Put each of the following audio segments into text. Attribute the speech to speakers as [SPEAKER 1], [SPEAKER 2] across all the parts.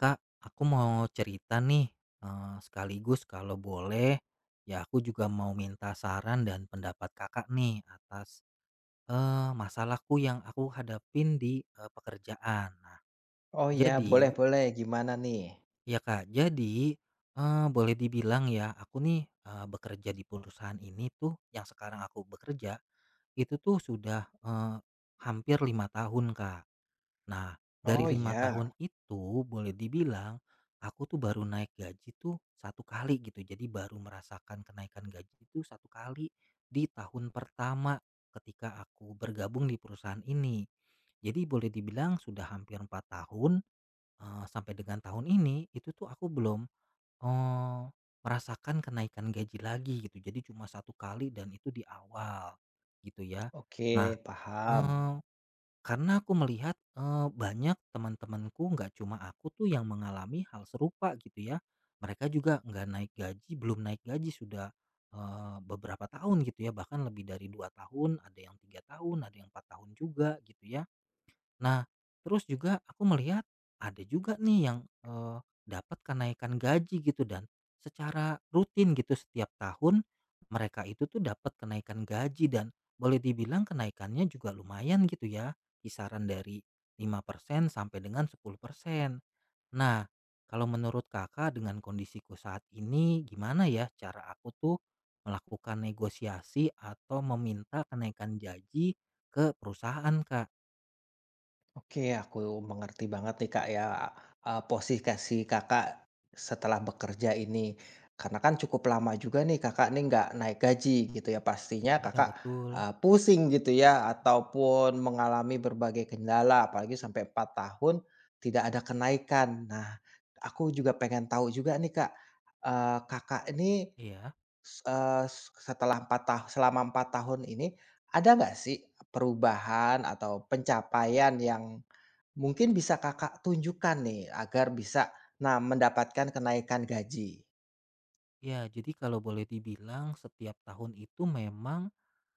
[SPEAKER 1] Kak, aku mau cerita nih, sekaligus kalau boleh, ya aku juga mau minta saran dan pendapat Kakak nih atas, masalahku yang aku hadapin di, pekerjaan. Nah,
[SPEAKER 2] Oh ya, boleh
[SPEAKER 1] jadi
[SPEAKER 2] boleh, gimana nih?
[SPEAKER 1] ya Kak, jadi, boleh dibilang ya aku nih, bekerja di perusahaan ini tuh yang sekarang aku bekerja, itu tuh sudah, hampir 5 tahun, Kak. Nah, dari
[SPEAKER 2] Oh
[SPEAKER 1] lima
[SPEAKER 2] ya,
[SPEAKER 1] tahun itu boleh dibilang aku tuh baru naik gaji tuh satu kali gitu. Jadi baru merasakan kenaikan gaji itu satu kali di tahun pertama ketika aku bergabung di perusahaan ini. Jadi boleh dibilang sudah hampir 4 tahun sampai dengan tahun ini itu tuh aku belum eh, merasakan kenaikan gaji lagi gitu. Jadi cuma satu kali dan itu di awal gitu ya. Nah,
[SPEAKER 2] oke, paham.
[SPEAKER 1] eh, karena aku melihat, banyak teman-temanku nggak cuma aku tuh yang mengalami hal serupa gitu ya. Mereka juga nggak naik gaji, belum naik gaji sudah, beberapa tahun gitu ya, bahkan lebih dari 2 tahun, ada yang 3 tahun, ada yang 4 tahun juga gitu ya. Nah, terus juga aku melihat ada juga nih yang, eee, dapat kenaikan gaji gitu dan secara rutin gitu setiap tahun mereka itu tuh dapat kenaikan gaji dan boleh dibilang kenaikannya juga lumayan gitu ya, kisaran dari 5% sampai dengan 10%. Nah, kalau menurut Kakak dengan kondisiku saat ini gimana ya cara aku tuh melakukan negosiasi atau meminta kenaikan gaji ke perusahaan, Kak?
[SPEAKER 2] Oke, aku mengerti banget nih Kak ya, posisi Kakak setelah bekerja ini. Karena kan cukup lama juga nih Kakak nih nggak naik gaji gitu ya, pastinya
[SPEAKER 1] Iya
[SPEAKER 2] Kakak,
[SPEAKER 1] betul,
[SPEAKER 2] pusing gitu ya, ataupun mengalami berbagai kendala, apalagi sampai 4 tahun tidak ada kenaikan. Nah, aku juga pengen tahu juga nih Kak, Kakak ini
[SPEAKER 1] iya.
[SPEAKER 2] S eee, setelah 4 tahun, selama 4 tahun ini, ada nggak sih perubahan atau pencapaian yang mungkin bisa Kakak tunjukkan nih agar bisa, nah mendapatkan kenaikan gaji?
[SPEAKER 1] Ya jadi kalau boleh dibilang setiap tahun itu memang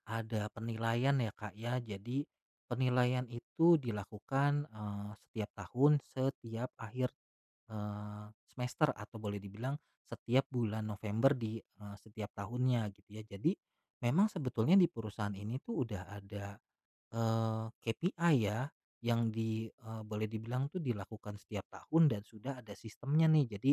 [SPEAKER 1] ada penilaian ya Kak ya. Jadi penilaian itu dilakukan setiap tahun, setiap akhir semester atau boleh dibilang setiap bulan November di setiap tahunnya gitu ya. Jadi memang sebetulnya di perusahaan ini tuh udah ada KPI ya yang di boleh dibilang tuh dilakukan setiap tahun dan sudah ada sistemnya nih. Jadi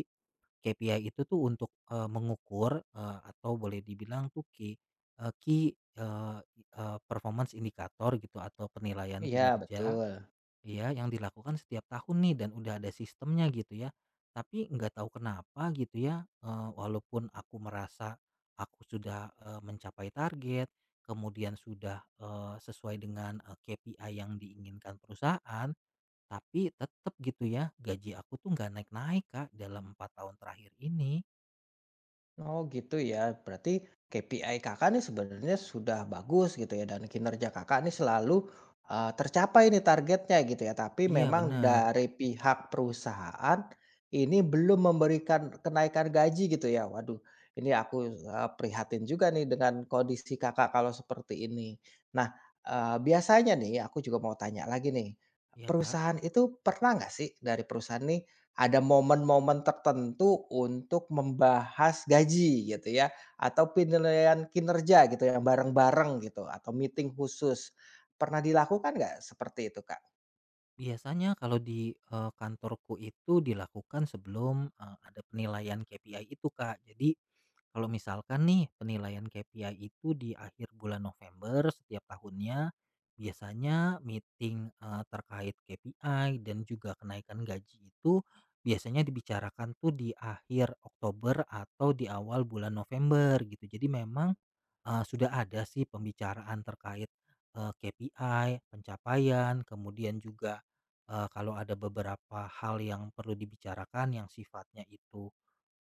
[SPEAKER 1] KPI itu tuh untuk, mengukur, atau boleh dibilang tuh key, eee, eee, performance indicator gitu atau penilaian
[SPEAKER 2] Iya
[SPEAKER 1] kinerja
[SPEAKER 2] betul.
[SPEAKER 1] ya yang dilakukan setiap tahun nih dan udah ada sistemnya gitu ya. Tapi nggak tahu kenapa gitu ya, walaupun aku merasa aku sudah, mencapai target, kemudian sudah, sesuai dengan, KPI yang diinginkan perusahaan, tapi tetep gitu ya, gaji aku tuh nggak naik-naik, Kak, dalam 4 tahun terakhir ini.
[SPEAKER 2] Oh gitu ya, berarti KPI Kakak nih sebenarnya sudah bagus gitu ya dan kinerja Kakak nih selalu, tercapai nih targetnya gitu ya, tapi
[SPEAKER 1] Iya
[SPEAKER 2] memang
[SPEAKER 1] benar
[SPEAKER 2] dari pihak perusahaan ini belum memberikan kenaikan gaji gitu ya. Waduh, ini aku, prihatin juga nih dengan kondisi Kakak kalau seperti ini. Nah, biasanya nih aku juga mau tanya lagi nih,
[SPEAKER 1] iya, Kak.
[SPEAKER 2] perusahaan itu pernah nggak sih dari perusahaan nih ada momen-momen tertentu untuk membahas gaji gitu ya, atau penilaian kinerja gitu yang bareng-bareng gitu, atau meeting khusus. Pernah dilakukan nggak seperti itu, Kak?
[SPEAKER 1] Biasanya kalau di, kantorku itu dilakukan sebelum, ada penilaian KPI itu, Kak. Jadi kalau misalkan nih penilaian KPI itu di akhir bulan November setiap tahunnya, biasanya meeting terkait KPI dan juga kenaikan gaji itu biasanya dibicarakan tuh di akhir Oktober atau di awal bulan November gitu. Jadi memang sudah ada sih pembicaraan terkait KPI, pencapaian, kemudian juga kalau ada beberapa hal yang perlu dibicarakan yang sifatnya itu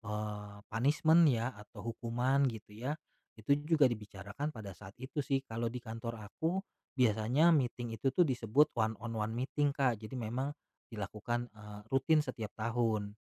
[SPEAKER 1] Punishment ya atau hukuman gitu ya, itu juga dibicarakan pada saat itu sih. Kalau di kantor aku biasanya meeting itu tuh disebut one on one meeting, Kak. Jadi memang dilakukan, rutin setiap tahun.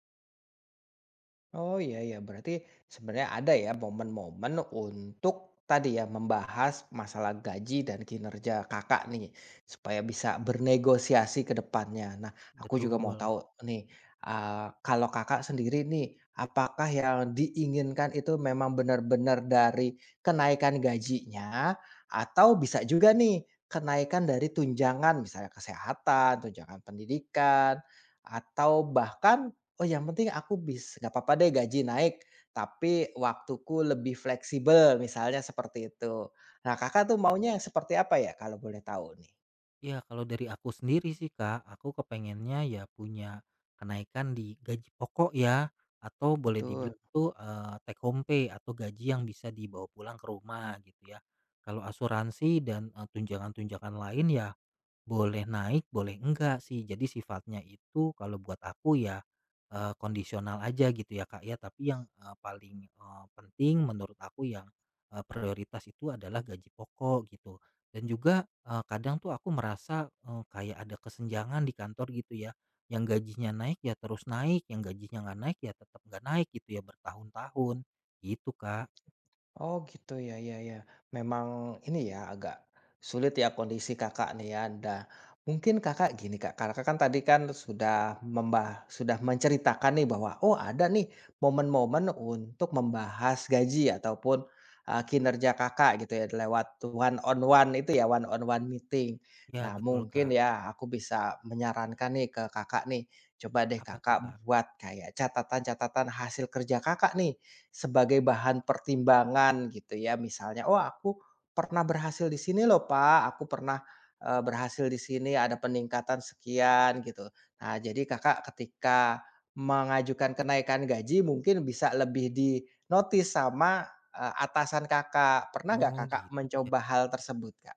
[SPEAKER 2] Oh, iya iya, berarti sebenarnya ada ya momen-momen untuk tadi ya, membahas masalah gaji dan kinerja Kakak nih, supaya bisa bernegosiasi ke depannya. Nah, aku juga mau
[SPEAKER 1] Betul.
[SPEAKER 2] tahu nih, kalau Kakak sendiri nih, apakah yang diinginkan itu memang benar-benar dari kenaikan gajinya, atau bisa juga nih kenaikan dari tunjangan, misalnya kesehatan, tunjangan pendidikan, atau bahkan oh, yang penting aku bis nggak apa-apa deh gaji naik, tapi waktuku lebih fleksibel, misalnya seperti itu. Nah, Kakak tuh maunya yang seperti apa ya, kalau boleh tahu nih?
[SPEAKER 1] Ya kalau dari aku sendiri sih, Kak, aku kepengennya ya punya kenaikan di gaji pokok ya atau boleh
[SPEAKER 2] Betul.
[SPEAKER 1] dibilang tuh, take home pay atau gaji yang bisa dibawa pulang ke rumah gitu ya. Kalau asuransi dan, tunjangan-tunjangan lain ya boleh naik, boleh enggak sih. Jadi sifatnya itu kalau buat aku ya, kondisional aja gitu ya, Kak, ya. Tapi yang, paling, penting menurut aku yang, prioritas itu adalah gaji pokok gitu. Dan juga, kadang tuh aku merasa, kayak ada kesenjangan di kantor gitu ya. Yang gajinya naik ya terus naik, yang gajinya nggak naik ya tetap nggak naik gitu ya bertahun-tahun, gitu, Kak.
[SPEAKER 2] Oh gitu ya ya ya. Memang ini ya agak sulit ya kondisi Kakak nih ya. Ada. Mungkin Kakak gini Kak, Kakak kan tadi kan sudah menceritakan nih bahwa oh ada nih momen-momen untuk membahas gaji ataupun, kinerja Kakak gitu ya lewat one on one itu ya, one on one meeting.
[SPEAKER 1] Ya
[SPEAKER 2] Nah
[SPEAKER 1] betul,
[SPEAKER 2] mungkin
[SPEAKER 1] Kak.
[SPEAKER 2] ya aku bisa menyarankan nih ke Kakak nih, coba deh
[SPEAKER 1] Apa tuh,
[SPEAKER 2] Kakak
[SPEAKER 1] Kak?
[SPEAKER 2] buat kayak catatan-catatan hasil kerja Kakak nih. Sebagai bahan pertimbangan gitu ya misalnya, "Oh aku pernah berhasil di sini loh Pak, aku pernah, berhasil di sini ada peningkatan sekian," gitu. Nah jadi Kakak ketika mengajukan kenaikan gaji mungkin bisa lebih di dinotis sama, atasan Kakak. Pernah nggak
[SPEAKER 1] Oh
[SPEAKER 2] Kakak
[SPEAKER 1] gitu ya.
[SPEAKER 2] mencoba hal tersebut, Kak?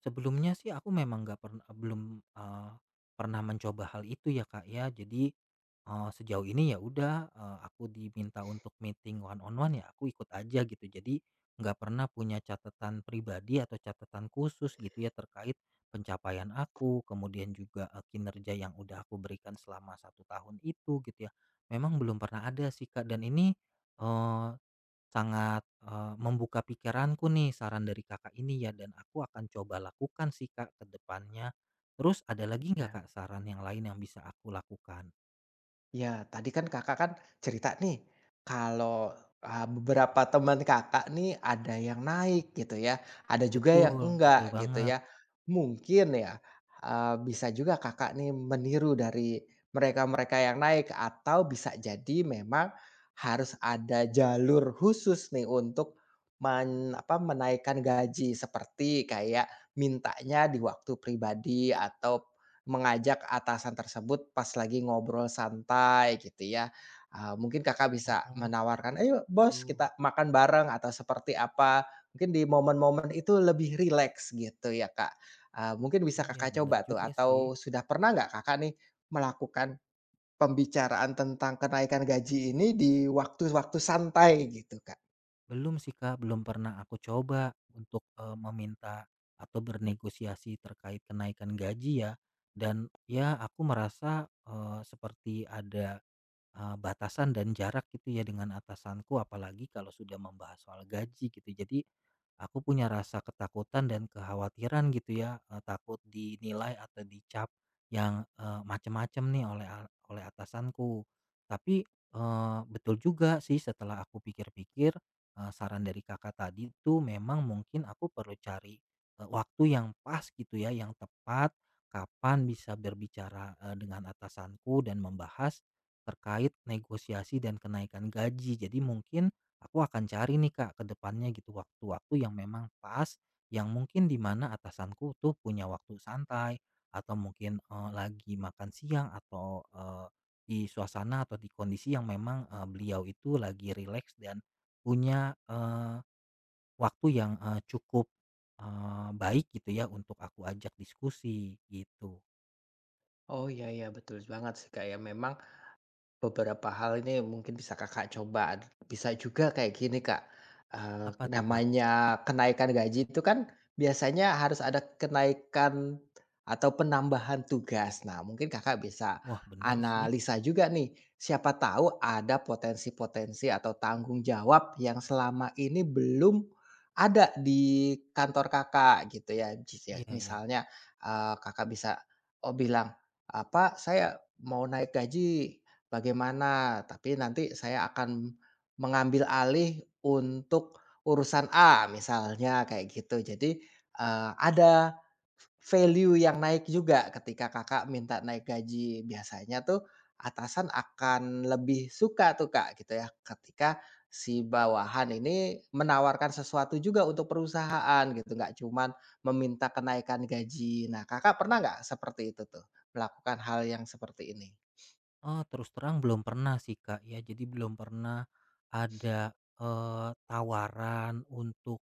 [SPEAKER 1] Sebelumnya sih aku memang nggak pernah belum, eee, pernah mencoba hal itu ya, Kak, ya. Jadi, sejauh ini ya udah, aku diminta untuk meeting one on one ya aku ikut aja gitu. Jadi nggak pernah punya catatan pribadi atau catatan khusus gitu ya terkait pencapaian aku, kemudian juga, kinerja yang udah aku berikan selama satu tahun itu gitu ya. Memang belum pernah ada sih, Kak, dan ini, sangat, membuka pikiranku nih saran dari Kakak ini ya dan aku akan coba lakukan sih Kak ke depannya. Terus ada lagi nggak
[SPEAKER 2] Iya.
[SPEAKER 1] Kak saran yang lain yang bisa aku lakukan?
[SPEAKER 2] Ya tadi kan Kakak kan cerita nih, kalau, beberapa teman Kakak nih ada yang naik gitu ya, ada juga yang
[SPEAKER 1] Betul, betul
[SPEAKER 2] enggak gitu
[SPEAKER 1] banget.
[SPEAKER 2] ya. Mungkin ya, bisa juga Kakak nih meniru dari mereka-mereka yang naik atau bisa jadi memang harus ada jalur khusus nih untuk men apa, menaikkan gaji seperti kayak mintanya di waktu pribadi atau mengajak atasan tersebut pas lagi ngobrol santai gitu ya, mungkin Kakak bisa
[SPEAKER 1] Oh
[SPEAKER 2] menawarkan,
[SPEAKER 1] seperti
[SPEAKER 2] "Ayo bos
[SPEAKER 1] itu.
[SPEAKER 2] kita makan bareng," atau seperti apa, mungkin di momen-momen itu lebih rileks gitu ya, Kak. Mungkin bisa
[SPEAKER 1] Iya
[SPEAKER 2] Kakak
[SPEAKER 1] bener
[SPEAKER 2] coba tuh
[SPEAKER 1] juga sih.
[SPEAKER 2] atau sudah pernah nggak Kakak nih melakukan pembicaraan tentang kenaikan gaji ini di waktu-waktu santai gitu, Kak?
[SPEAKER 1] Belum sih Kak, belum pernah aku coba untuk, meminta atau bernegosiasi terkait kenaikan gaji ya. Dan ya aku merasa, seperti ada batasan dan jarak gitu ya dengan atasanku apalagi kalau sudah membahas soal gaji gitu. Jadi, aku punya rasa ketakutan dan kekhawatiran gitu ya, takut dinilai atau dicap yang, macem-macem nih oleh atasanku. Tapi, betul juga sih setelah aku pikir-pikir, saran dari Kakak tadi tuh memang mungkin aku perlu cari, waktu yang pas gitu ya, yang tepat, kapan bisa berbicara, dengan atasanku dan membahas terkait negosiasi dan kenaikan gaji. Jadi mungkin aku akan cari nih Kak ke depannya gitu waktu-waktu yang memang pas yang mungkin di mana atasanku tuh punya waktu santai atau mungkin lagi makan siang atau di suasana atau di kondisi yang memang beliau itu lagi rileks dan punya waktu yang cukup baik gitu ya untuk aku ajak diskusi gitu.
[SPEAKER 2] Oh, iya iya, betul banget sih, Kak, ya. Memang, beberapa hal ini mungkin bisa Kakak coba, bisa juga kayak gini Kak,
[SPEAKER 1] Apa tuh Kak?
[SPEAKER 2] namanya kenaikan gaji itu kan biasanya harus ada kenaikan atau penambahan tugas. Nah, mungkin Kakak bisa
[SPEAKER 1] Wah bener sih.
[SPEAKER 2] analisa juga nih, siapa tahu ada potensi-potensi atau tanggung jawab yang selama ini belum ada di kantor Kakak gitu ya. Jis ya
[SPEAKER 1] Iya ya.
[SPEAKER 2] misalnya, Kakak bisa, oh bilang, apa, "Saya mau naik gaji, bagaimana, tapi nanti saya akan mengambil alih untuk urusan A misalnya kayak gitu. Jadi, ada value yang naik juga ketika Kakak minta naik gaji. Biasanya tuh atasan akan lebih suka tuh Kak gitu ya ketika si bawahan ini menawarkan sesuatu juga untuk perusahaan gitu, nggak cuman meminta kenaikan gaji. Nah Kakak pernah nggak seperti itu tuh, melakukan hal yang seperti ini?
[SPEAKER 1] Oh, terus terang belum pernah sih, Kak, ya. Jadi belum pernah ada, tawaran untuk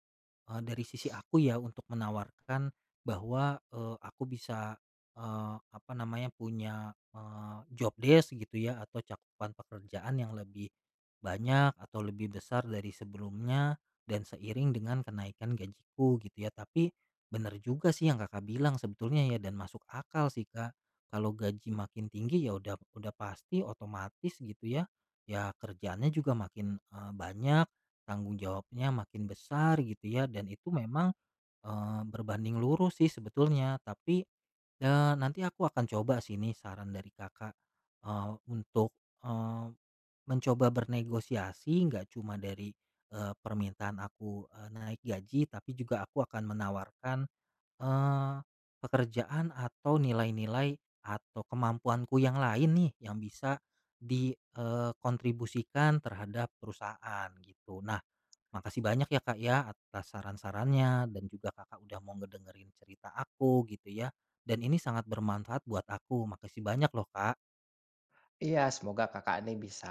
[SPEAKER 1] Dari sisi aku ya untuk menawarkan bahwa, aku bisa, apa namanya, punya, job desk gitu ya atau cakupan pekerjaan yang lebih banyak atau lebih besar dari sebelumnya dan seiring dengan kenaikan gajiku gitu ya. Tapi bener juga sih yang Kakak bilang sebetulnya ya dan masuk akal sih, Kak. Kalau gaji makin tinggi ya udah pasti otomatis gitu ya, ya kerjaannya juga makin, banyak. Tanggung jawabnya makin besar gitu ya dan itu memang, berbanding lurus sih sebetulnya tapi, nanti aku akan coba sih nih saran dari Kakak, untuk, eee, mencoba bernegosiasi nggak cuma dari, permintaan aku, naik gaji tapi juga aku akan menawarkan, eee, pekerjaan atau nilai-nilai atau kemampuanku yang lain nih yang bisa dikontribusikan terhadap perusahaan gitu. Nah, makasih banyak ya Kak ya atas saran-sarannya dan juga Kakak udah mau ngedengerin cerita aku gitu ya. Dan ini sangat bermanfaat buat aku. Makasih banyak loh Kak.
[SPEAKER 2] Iya, semoga Kakak ini bisa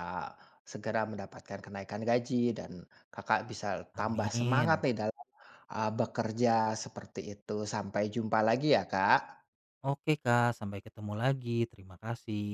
[SPEAKER 2] segera mendapatkan kenaikan gaji dan Kakak bisa tambah semangat
[SPEAKER 1] Amin.
[SPEAKER 2] nih dalam, bekerja seperti itu. Sampai jumpa lagi ya, Kak.
[SPEAKER 1] Oke Kak, sampai ketemu lagi. Terima kasih.